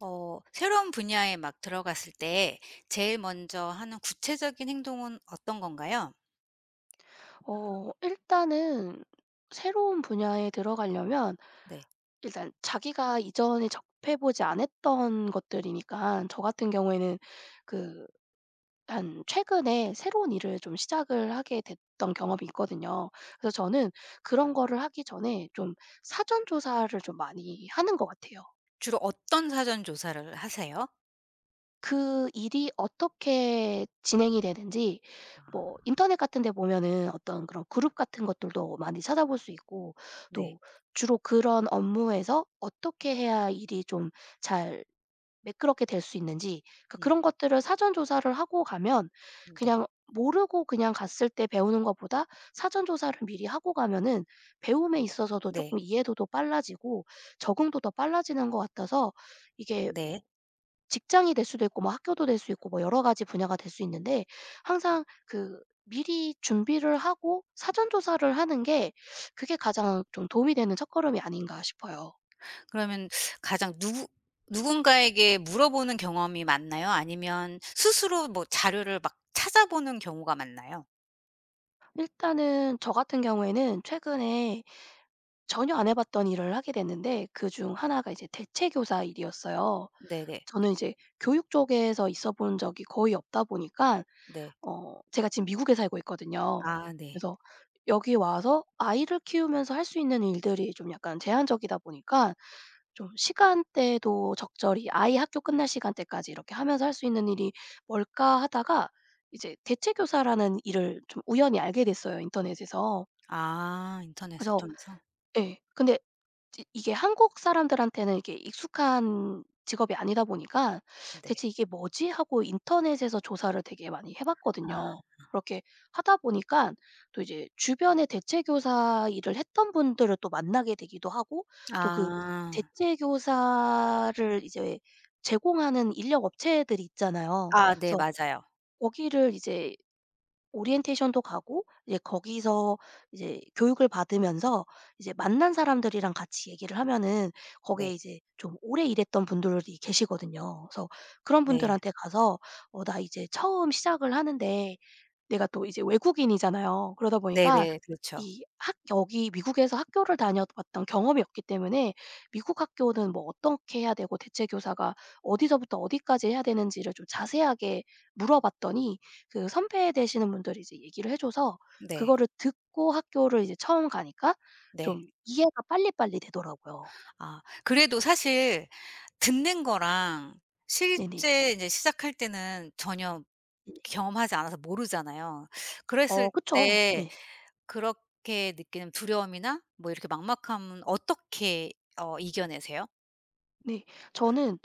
새로운 분야에 막 들어갔을 때 제일 먼저 하는 구체적인 행동은 어떤 건가요? 일단은 새로운 분야에 들어가려면 네. 일단 자기가 이전에 접해 보지 않았던 것들이니까 저 같은 경우에는 그 한 최근에 새로운 일을 좀 시작을 하게 됐던 경험이 있거든요. 그래서 저는 그런 거를 하기 전에 좀 사전 조사를 좀 많이 하는 것 같아요. 주로 어떤 사전 조사를 하세요? 그 일이 어떻게 진행이 되는지, 뭐 아. 인터넷 같은 데 보면은 어떤 그런 그룹 같은 것들도 많이 찾아볼 수 있고, 네. 또 주로 그런 업무에서 어떻게 해야 일이 좀 잘 매끄럽게 될 수 있는지, 그러니까 음. 그런 것들을 사전 조사를 하고 가면 네. 그냥 모르고 그냥 갔을 때 배우는 것보다 사전 조사를 미리 하고 가면은 배움에 있어서도 조금 네. 이해도도 빨라지고 적응도 더 빨라지는 것 같아서, 이게 네. 뭐 직장이 될 수도 있고 뭐 학교도 될 수 있고 뭐 여러 가지 분야가 될 수 있는데, 항상 그 미리 준비를 하고 사전 조사를 하는 게 그게 가장 좀 도움이 되는 첫걸음이 아닌가 싶어요. 그러면 가장 누구 누군가에게 물어보는 경험이 많나요? 아니면 스스로 뭐 자료를 막 찾아보는 경우가 많나요? 일단은 저 같은 경우에는 최근에 전혀 안 해 봤던 일을 하게 됐는데, 그 중 하나가 이제 대체 교사 일이었어요. 네네. 저는 이제 교육 쪽에서 있어 본 적이 거의 없다 보니까, 네. 제가 지금 미국에 살고 있거든요. 아, 네. 그래서 여기 와서 아이를 키우면서 할 수 있는 일들이 좀 약간 제한적이다 보니까, 좀 시간대도 적절히 아이 학교 끝날 시간대까지 이렇게 하면서 할 수 있는 일이 뭘까 하다가 이제 대체 교사라는 일을 좀 우연히 알게 됐어요, 인터넷에서. 아, 인터넷을 그래서 통해서? 예. 근데 이 이게 한국 사람들한테는 이게 익숙한 직업이 아니다 보니까 네. '대체 이게 뭐지?' 하고 인터넷에서 조사를 되게 많이 해 아. 봤거든요. 그렇게 하다 보니깐 또 이제 주변에 대체 교사 일을 했던 분들을 또 만나게 되기도 하고, 또 그 아. 대체 교사를 이제 제공하는 인력 업체들이 있잖아요. 아, 네, 그래서 맞아요. 거기를 이제 오리엔테이션도 가고 이제 거기서 이제 교육을 받으면서 이제 만난 사람들이랑 같이 얘기를 하면은 거기에 네. 이제 좀 오래 일했던 분들이 계시거든요. 그래서 그런 네. 분들한테 가서 "어 나 이제 처음 시작을 하는데 내가 또 이제 외국인이잖아요. 그러다 보니까 네네, 그렇죠. 이 학 여기 미국에서 학교를 다녀왔던 경험이 없기 때문에 미국 학교는 뭐 어떻게 해야 되고 대체 교사가 어디서부터 어디까지 해야 되는지를 좀 자세하게" 물어봤더니 그 선배 되시는 분들이 이제 얘기를 해 줘서 네. 그거를 듣고 학교를 이제 처음 가니까 네. 좀 이해가 빨리빨리 되더라고요. 아, 그래도 사실 듣는 거랑 네네. 실제 이제 시작할 때는 전혀 네네. 경험하지 않아서 모르잖아요. 어 그랬을 그쵸. 때 네. 그렇게 느끼는 두려움이나 뭐 이렇게 막막함은 어떻게 이겨내세요? 네. 저는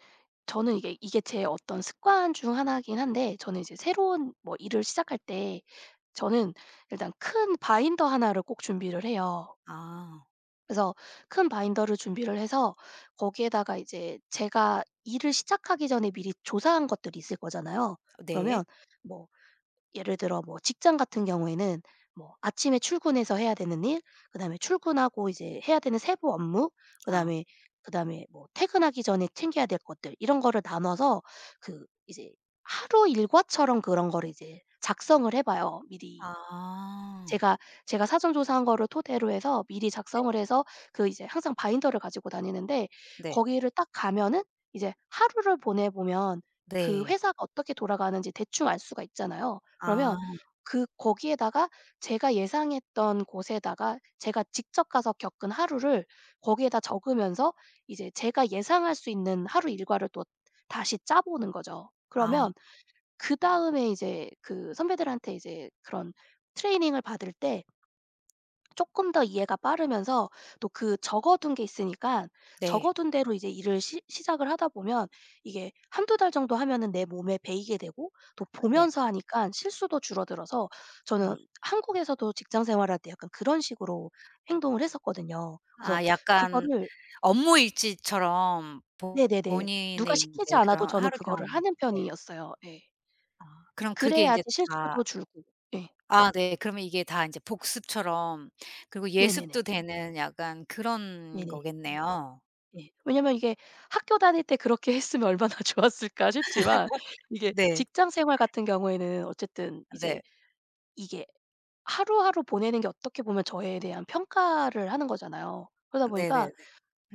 저는 이게 제 어떤 습관 중 하나긴 한데, 저는 이제 새로운 뭐 일을 시작할 때 저는 일단 큰 바인더 하나를 꼭 준비를 해요. 아, 그래서 큰 바인더를 준비를 해서 거기에다가 이제 제가 일을 시작하기 전에 미리 조사한 것들이 있을 거잖아요. 네. 그러면 뭐 예를 들어 뭐 직장 같은 경우에는 뭐 아침에 출근해서 해야 되는 일, 그다음에 출근하고 이제 해야 되는 세부 업무, 아. 그다음에 그다음에 뭐 퇴근하기 전에 챙겨야 될 것들, 이런 거를 나눠서 그 이제 하루 일과처럼 그런 거를 이제 작성을 해 봐요, 미리. 아. 제가 제가 사전 조사한 거를 토대로 해서 미리 네. 작성을 해서 그 이제 항상 바인더를 가지고 다니는데, 네. 거기를 딱 가면은 이제 하루를 보내 보면 그 네. 회사가 어떻게 돌아가는지 대충 알 수가 있잖아요. 아. 그러면 그 거기에다가 제가 예상했던 곳에다가 제가 직접 가서 겪은 하루를 거기에다 적으면서 이제 제가 예상할 수 있는 하루 일과를 또 다시 짜 보는 거죠. 아, 그러면 그다음에 이제 그 선배들한테 이제 그런 트레이닝을 받을 때 조금 더 이해가 빠르면서 또 그 적어 둔 게 있으니까 네. 적어 둔 대로 이제 일을 시 시작을 하다 보면 이게 한두 달 정도 하면은 내 몸에 배이게 되고, 또 네. 보면서 하니깐 실수도 줄어들어서, 아. 저는 한국에서도 직장 생활할 때 약간 그런 식으로 행동을 했었거든요. 그래서 아, 약간 그거를. 업무 일지처럼 네네네. 누가 본인의 시키지 인제 않아도 그런 저는 하루 경험. 그거를 하는 네. 편이었어요. 예. 아, 그럼 그게 인제 그래야지 실수도 다. 줄고. 예. 아, 네. 그러면 이게 다 인제 복습처럼 그리고 네네네. 예습도 되는 약간 그런 네네. 거겠네요. 예. 왜냐면 이게 학교 다닐 때 그렇게 했으면 얼마나 좋았을까 싶지만, 이게 네. 직장 생활 같은 경우에는 어쨌든 이제 네. 이게 하루하루 보내는 게 어떻게 보면 저에 대한 평가를 하는 거잖아요. 그러다 네네네. 보니까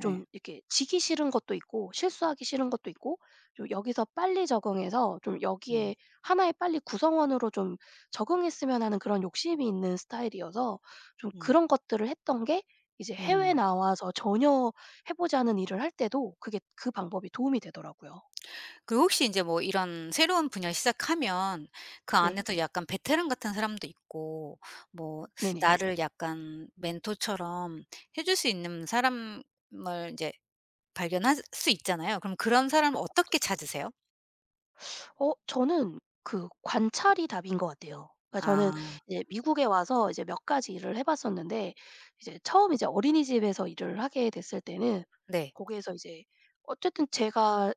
예. 이렇게 지기 싫은 것도 있고 실수하기 싫은 것도 있고, 좀 여기서 빨리 적응해서 좀 음. 여기에 하나의 빨리 구성원으로 좀 적응했으면 하는 그런 욕심이 있는 스타일이어서 좀 음. 그런 것들을 했던 게, 이제 해외 음. 나와서 전혀 해 보지 않은 일을 할 때도 그게 그 방법이 도움이 되더라고요. 그리고 혹시 인제 뭐 이런 새로운 분야 시작하면 그 네. 안에서 약간 베테랑 같은 사람도 있고 뭐 네네. 나를 약간 멘토처럼 해줄 수 있는 사람을 인제 발견할 수 있잖아요. 그럼 그런 사람을 그쵸. 어떻게 찾으세요? 저는 그 관찰이 답인 것 같아요. 그러니까 저는 아, 이제 미국에 와서 이제 몇 가지 일을 해 봤었는데, 이제 처음 이제 어린이집에서 일을 하게 됐을 때는 네. 거기에서 이제 어쨌든 제가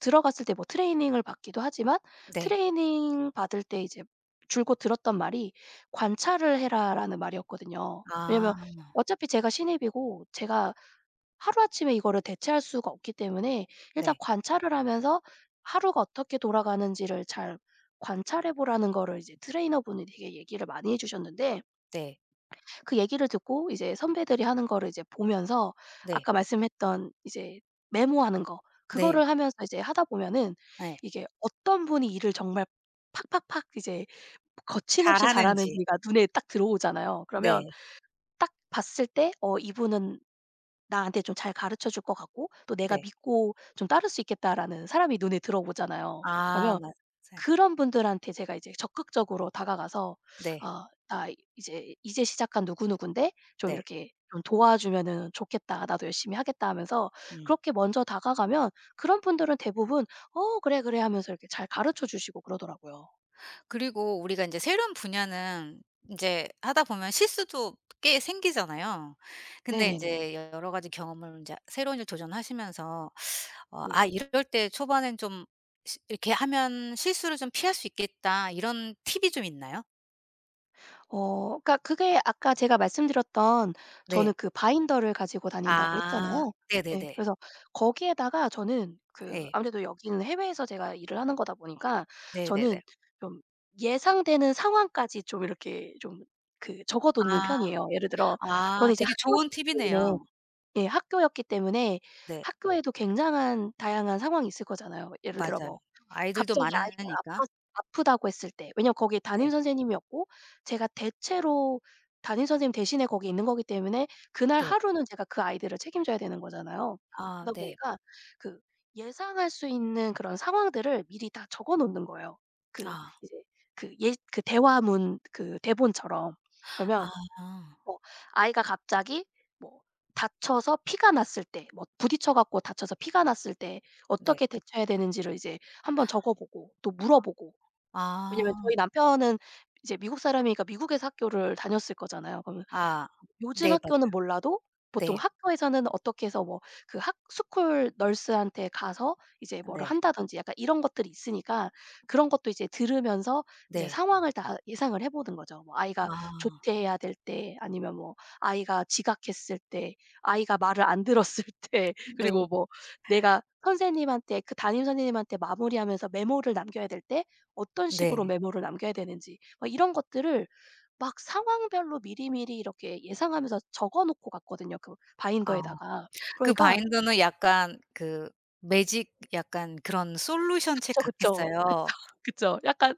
들어갔을 때 뭐 트레이닝을 받기도 하지만, 네. 트레이닝 받을 때 이제 줄곧 들었던 말이 "관찰을 해라."라는 말이었거든요. 왜냐면 아, 어차피 제가 신입이고 제가 하루아침에 이거를 대체할 수가 없기 때문에 일단 네. 관찰을 하면서 하루가 어떻게 돌아가는지를 잘 관찰해 보라는 거를 이제 트레이너분이 되게 얘기를 많이 해 주셨는데, 네. 그 얘기를 듣고 이제 선배들이 하는 거를 이제 보면서 네. 아까 말씀했던 이제 메모하는 거, 네. 그거를 하면서 이제 하다 보면은 예. 이게 어떤 분이 일을 정말 팍팍팍 이제 거침없이 잘하는지. 잘하는지가 눈에 딱 들어오잖아요. 그러면 네. 딱 봤을 때 '어 이분은 나한테 좀 잘 가르쳐 줄 것 같고, 또 내가 네. 믿고 좀 따를 수 있겠다.'라는 사람이 눈에 들어오잖아요. 아, 그러면 맞아요. 그런 분들한테 제가 이제 적극적으로 다가가서 네. "아 나 이제 시작한 누구누군데 좀 네. 이렇게 좀 도와주면은 좋겠다. 나도 열심히 하겠다." 하면서 음. 그렇게 먼저 다가가면 그런 분들은 대부분 "어 그래, 그래." 하면서 이렇게 잘 가르쳐 주시고 그러더라고요. 그리고 우리가 인제 새로운 분야는 인제 하다 보면 실수도 꽤 생기잖아요. 근데 네네네. 인제 여러 가지 경험을 인제 새로운 일 도전하시면서 어 '아, 이럴 때 초반엔 좀 시 이렇게 하면 실수를 좀 피할 수 있겠다.' 이런 팁이 좀 있나요? 그러니까 그게 아까 제가 말씀드렸던, 네. 저는 그 바인더를 가지고 다닌다고 아, 했잖아요. 네, 네네네. 그래서 거기에다가 저는 그 예. 아무래도 여기는 해외에서 제가 일을 하는 거다 보니까 네네네. 저는 좀 예상되는 상황까지 좀 이렇게 좀 그 적어 놓는 아. 편이에요. 예를 들어 아, 저는 이제 되게 학교 좋은 때문에, 팁이네요. 예, 학교였기 때문에 네. 학교에도 굉장한 다양한 상황이 있을 거잖아요. 예를 들어 뭐 맞아요. 아이들도 갑자기 아이가 아 많으니까. 파 아프다고 했을 때. 왜냐면 거기 담임 네. 선생님이었고 제가 대체로 담임 선생님 대신에 거기 있는 거기 때문에 그날 네. 하루는 제가 그 아이들을 책임져야 되는 거잖아요. 아, 그러다 네. 보니까 그 예상할 수 있는 그런 상황들을 미리 다 적어 놓는 거예요. 그 아. 이제 그 예 그 대화문, 그 대본처럼. 그러면 아. 뭐 아이가 갑자기 뭐 다쳐서 피가 났을 때, 뭐 부딪혀 갖고 다쳐서 피가 났을 때 네. 어떻게 대처해야 되는지를 이제 한번 적어 보고 또 물어보고. 왜냐면 아. 저희 남편은 이제 미국 사람이니까 미국에서 학교를 다녔을 거잖아요. 그러면 아. 요즘 네, 학교는 맞아요. 몰라도 보통 네. 학교에서는 어떻게 해서 뭐 그 학 스쿨 널스한테 가서 이제 뭐를 네. 한다든지 약간 이런 것들이 있으니까 그런 것도 이제 들으면서 이제 네. 상황을 다 예상을 해 보는 거죠. 뭐 아이가 아. 조퇴해야 될 때, 아니면 뭐 아이가 지각했을 때, 아이가 말을 안 들었을 때, 그리고 네. 뭐 내가 선생님한테, 그 담임 선생님한테 마무리하면서 메모를 남겨야 될 때 어떤 식으로 네. 메모를 남겨야 되는지, 뭐 이런 것들을 막 상황별로 미리미리 이렇게 예상하면서 적어 놓고 갔거든요, 그 아. 바인더에다가. 그 그러니까 바인더는 약간 그 매직 약간 그런 솔루션 책 그쵸, 그쵸. 같겠어요. 그쵸, 그쵸. 약간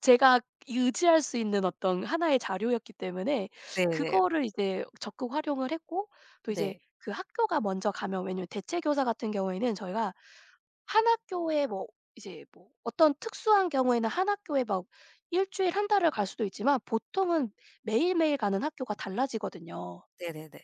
제가 의지할 수 있는 어떤 하나의 자료였기 때문에 네네. 그거를 이제 적극 활용을 했고, 또 이제 네. 그 학교가 먼저 가면, 왜냐면 대체 교사 같은 경우에는 저희가 한 학교에 뭐 이제 뭐 어떤 특수한 경우에는 한 학교에 막 1주일 한 달을 갈 수도 있지만, 보통은 매일매일 가는 학교가 달라지거든요. 네네네.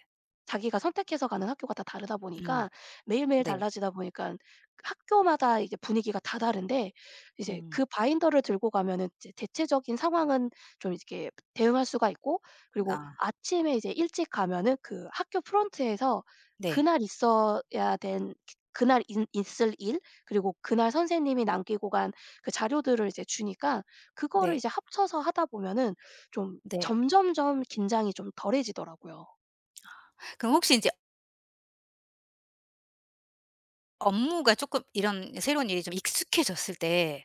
자기가 선택해서 가는 학교가 다 다르다 음. 보니까 매일매일 네. 달라지다 보니까 학교마다 이제 분위기가 다 다른데, 이제 음. 그 바인더를 들고 가면은 이제 대체적인 상황은 좀 이렇게 대응할 수가 있고, 그리고 아. 아침에 이제 일찍 가면은 그 학교 프론트에서 네. 그날 있어야 된 그날 있을 일, 그리고 그날 선생님이 남기고 간 그 자료들을 이제 주니까 그거를 네. 이제 합쳐서 하다 보면은 좀 네. 점점점 긴장이 좀 덜해지더라고요. 그럼 혹시 인제 업무가 쪼끔 이런 새로운 일이 좀 익숙해졌을 때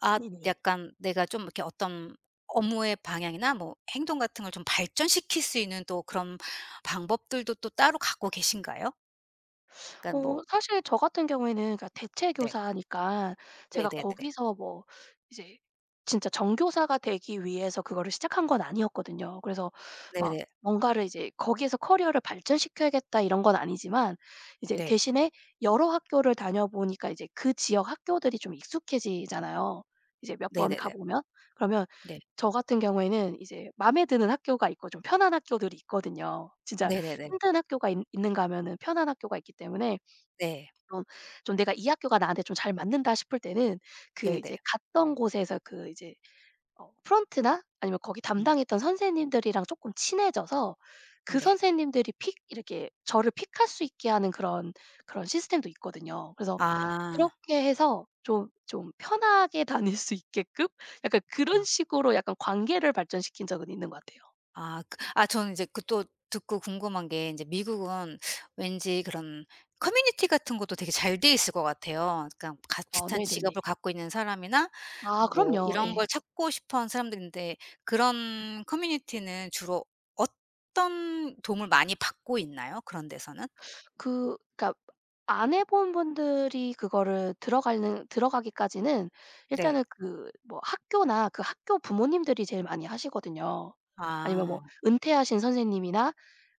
아, 네네. 약간 내가 좀 이렇게 어떤 업무의 방향이나 뭐 행동 같은 걸 좀 발전시킬 수 있는 또 그런 방법들도 또 따로 갖고 계신가요? 그러니까 뭐. 사실 저 같은 경우에는 그러니까 대체 네. 교사니까 제가 네네네. 거기서 뭐 이제 진짜 정교사가 되기 위해서 그거를 시작한 건 아니었거든요. 그래서 막 네네. 뭔가를 이제 거기에서 '커리어를 발전시켜야겠다.' 이런 건 아니지만 이제 네. 대신에 여러 학교를 다녀보니까 이제 그 지역 학교들이 좀 익숙해지잖아요, 이제 몇 번 네네네. 가보면. 그러면 네. 저 같은 경우에는 이제 마음에 드는 학교가 있고 좀 편한 학교들이 있거든요. 진짜 네네네. 힘든 학교가 있는가 하면은 편한 학교가 있기 때문에 네. 좀 좀 내가 '이 학교가 나한테 좀 잘 맞는다.' 싶을 때는 그 네네. 이제 갔던 곳에서 그 이제 프런트나 아니면 거기 음. 담당했던 선생님들이랑 쪼끔 친해져서 그 네. 선생님들이 픽 이렇게 저를 픽할 수 있게 하는 그런 시스템도 있거든요. 그래서 아. 그렇게 해서 좀 편하게 다닐 수 있게끔 약간 그런 아. 식으로 약간 관계를 발전시킨 적은 있는 것 같아요. 아, 저는 이제 그 또 듣고 궁금한 게 이제 미국은 왠지 그런 커뮤니티 같은 것도 되게 잘 돼 있을 것 같아요. 그러니까 같 어 비슷한 네네네. 직업을 갖고 있는 사람이나 아 뭐 그럼요. 이런 예. 걸 찾고 싶어 하는 사람들인데 그런 커뮤니티는 주로 어떤 도움을 많이 받고 있나요? 그런 데서는? 그러니까 안 해본 분들이 그거를 들어가는 들어가기까지는 네. 일단은 그 뭐 학교나 그 학교 부모님들이 제일 많이 하시거든요. 아니면 뭐 아, 은퇴하신 선생님이나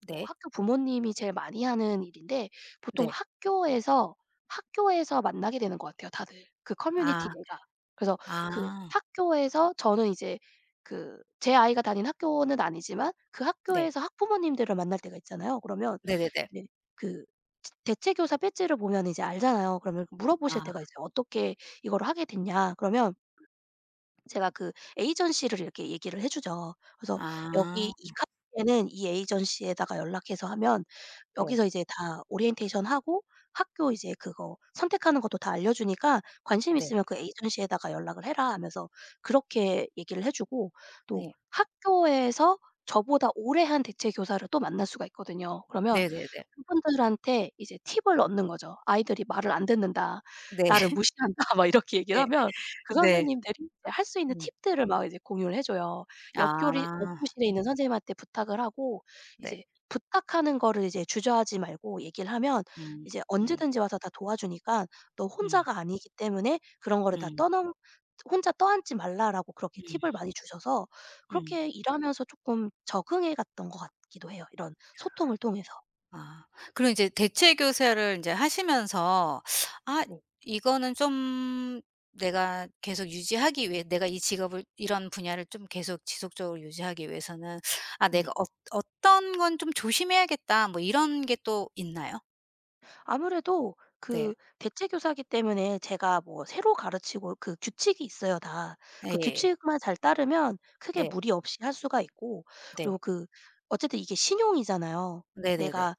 뭐 네. 학교 부모님이 제일 많이 하는 일인데, 보통 네. 학교에서 만나게 되는 것 같아요, 다들 그 아. 커뮤니티 내가. 그래서 아, 그 학교에서 저는 이제 그 제 아이가 다닌 학교는 아니지만 그 네. 학교에서 학부모님들을 만날 때가 있잖아요. 그러면 네네네. 이제 그 지 대체교사 배지를 보면 이제 알잖아요. 그러면 물어보실 때가 아. 있어요. "어떻게 이걸 하게 됐냐?" 그러면 제가 그 에이전시를 이렇게 얘기를 해 주죠. 그래서 아, "여기 이 카페는 이 에이전시에다가 연락해서 하면 네. 여기서 이제 다 오리엔테이션 하고 학교 이제 그거 선택하는 것도 다 알려 주니까 관심 네. 있으면 그 에이전시에다가 연락을 해라." 하면서 그렇게 얘기를 해 주고, 또 예. 학교에서 저보다 오래 한 대체 교사를 또 만날 수가 있거든요. 그러면 네네네. 그분들한테 이제 팁을 얻는 거죠. "아이들이 말을 안 듣는다. 네. 나를 무시한다." 막 이렇게 얘기를 네. 하면 그 네. 선생님들이 이제 할 수 있는 음. 팁들을 막 이제 공유를 해 줘요. 옆 아, 교실에 있는 선생님한테 부탁을 하고 네. 이제 부탁하는 거를 이제 주저하지 말고 얘기를 하면 음. 이제 음. 언제든지 와서 다 도와주니까 "너 음. 혼자가 아니기 때문에 그런 거를 다 음. 떠넘 혼자 떠안지 말라."라고 그렇게 팁을 음. 많이 주셔서 음. 그렇게 일하면서 쪼끔 적응해 갔던 것 같기도 해요, 이런 소통을 통해서. 아. 그럼 이제 대체 교사를 인제 하시면서 '아, 네. 이거는 좀 내가 계속 유지하기 위해 내가 이 직업을 이런 분야를 좀 계속 지속적으로 유지하기 위해서는 아, 내가 네네. 어 어떤 건 좀 조심해야겠다.' 뭐 이런 게 또 있나요? 아무래도 네. 그 대체 교사기 때문에 제가 뭐 새로 가르치고, 그 규칙이 있어요, 다. 그 예예예. 규칙만 잘 따르면 크게 네. 무리 없이 할 수가 있고, 그리고 네. 그 어쨌든 이게 신용이잖아요. 네네네. 내가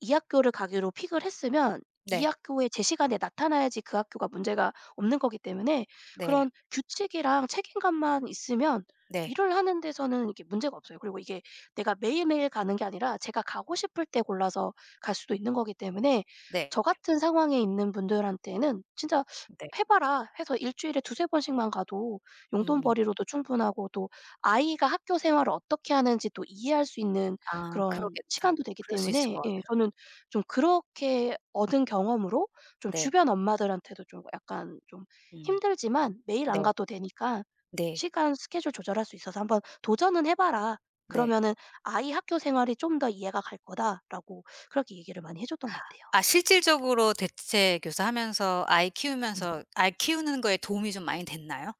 이 학교를 가기로 픽을 했으면 이 네. 학교에 제 시간에 나타나야지 그 학교가 문제가 없는 거기 때문에 네. 그런 규칙이랑 책임감만 있으면 네. 일을 하는 데서는 이게 문제가 없어요. 그리고 이게 내가 매일매일 가는 게 아니라 제가 가고 싶을 때 골라서 갈 수도 있는 거기 때문에 네. 저 같은 상황에 있는 분들한테는 진짜 네. "해 봐라." 해서 일 주일에 두세 번씩만 가도 음음. 용돈벌이로도 충분하고, 또 아이가 학교 생활을 어떻게 하는지 또 이해할 수 있는 아, 그런 그러겠다. 시간도 되기 그럴 수 있을 때문에, 것 예, 같아요. 저는 좀 그렇게 얻은 경험으로 좀 네. 주변 엄마들한테도 좀 약간 좀 음. "힘들지만 매일 안 네. 가도 되니까 네. 시간 스케줄 조절할 수 있어서 한번 도전은 해 봐라. 네. 그러면은 아이 학교 생활이 좀 더 이해가 갈 거다."라고 그렇게 얘기를 많이 해 줬던 것 같아요. 아, 실질적으로 대체 교사하면서 아이 음. 키우면서 아이 키우는 거에 도움이 좀 많이 됐나요?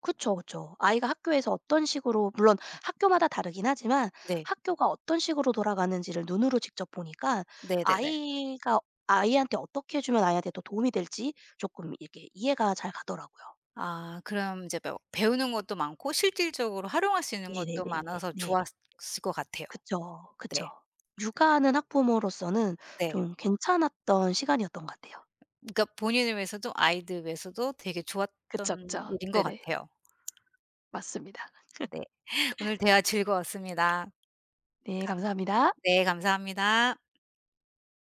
그쵸, 그쵸. 아이가 학교에서 어떤 식으로, 물론 학교마다 다르긴 하지만 네. 학교가 어떤 식으로 돌아가는지를 눈으로 직접 보니까 네네네. 아이가 아이한테 어떻게 해 주면 아이한테 더 도움이 될지 조금 이렇게 이해가 잘 가더라고요. 아, 그럼 이제 뭐 배우는 것도 많고 실질적으로 활용할 수 있는 것도 네네네네. 많아서 네. 좋았을 것 같아요. 그쵸. 네. 그쵸. 육아하는 학부모로서는 네. 좀 괜찮았던 시간이었던 것 같아요. 그러니까 본인을 위해서도 아이들 위해서도 되게 그쵸, 좋았던 그쵸. 일인 것 네네. 같아요. 맞습니다. 네. 오늘 대화 즐거웠습니다. 네 감 감사합니다. 네, 감사합니다.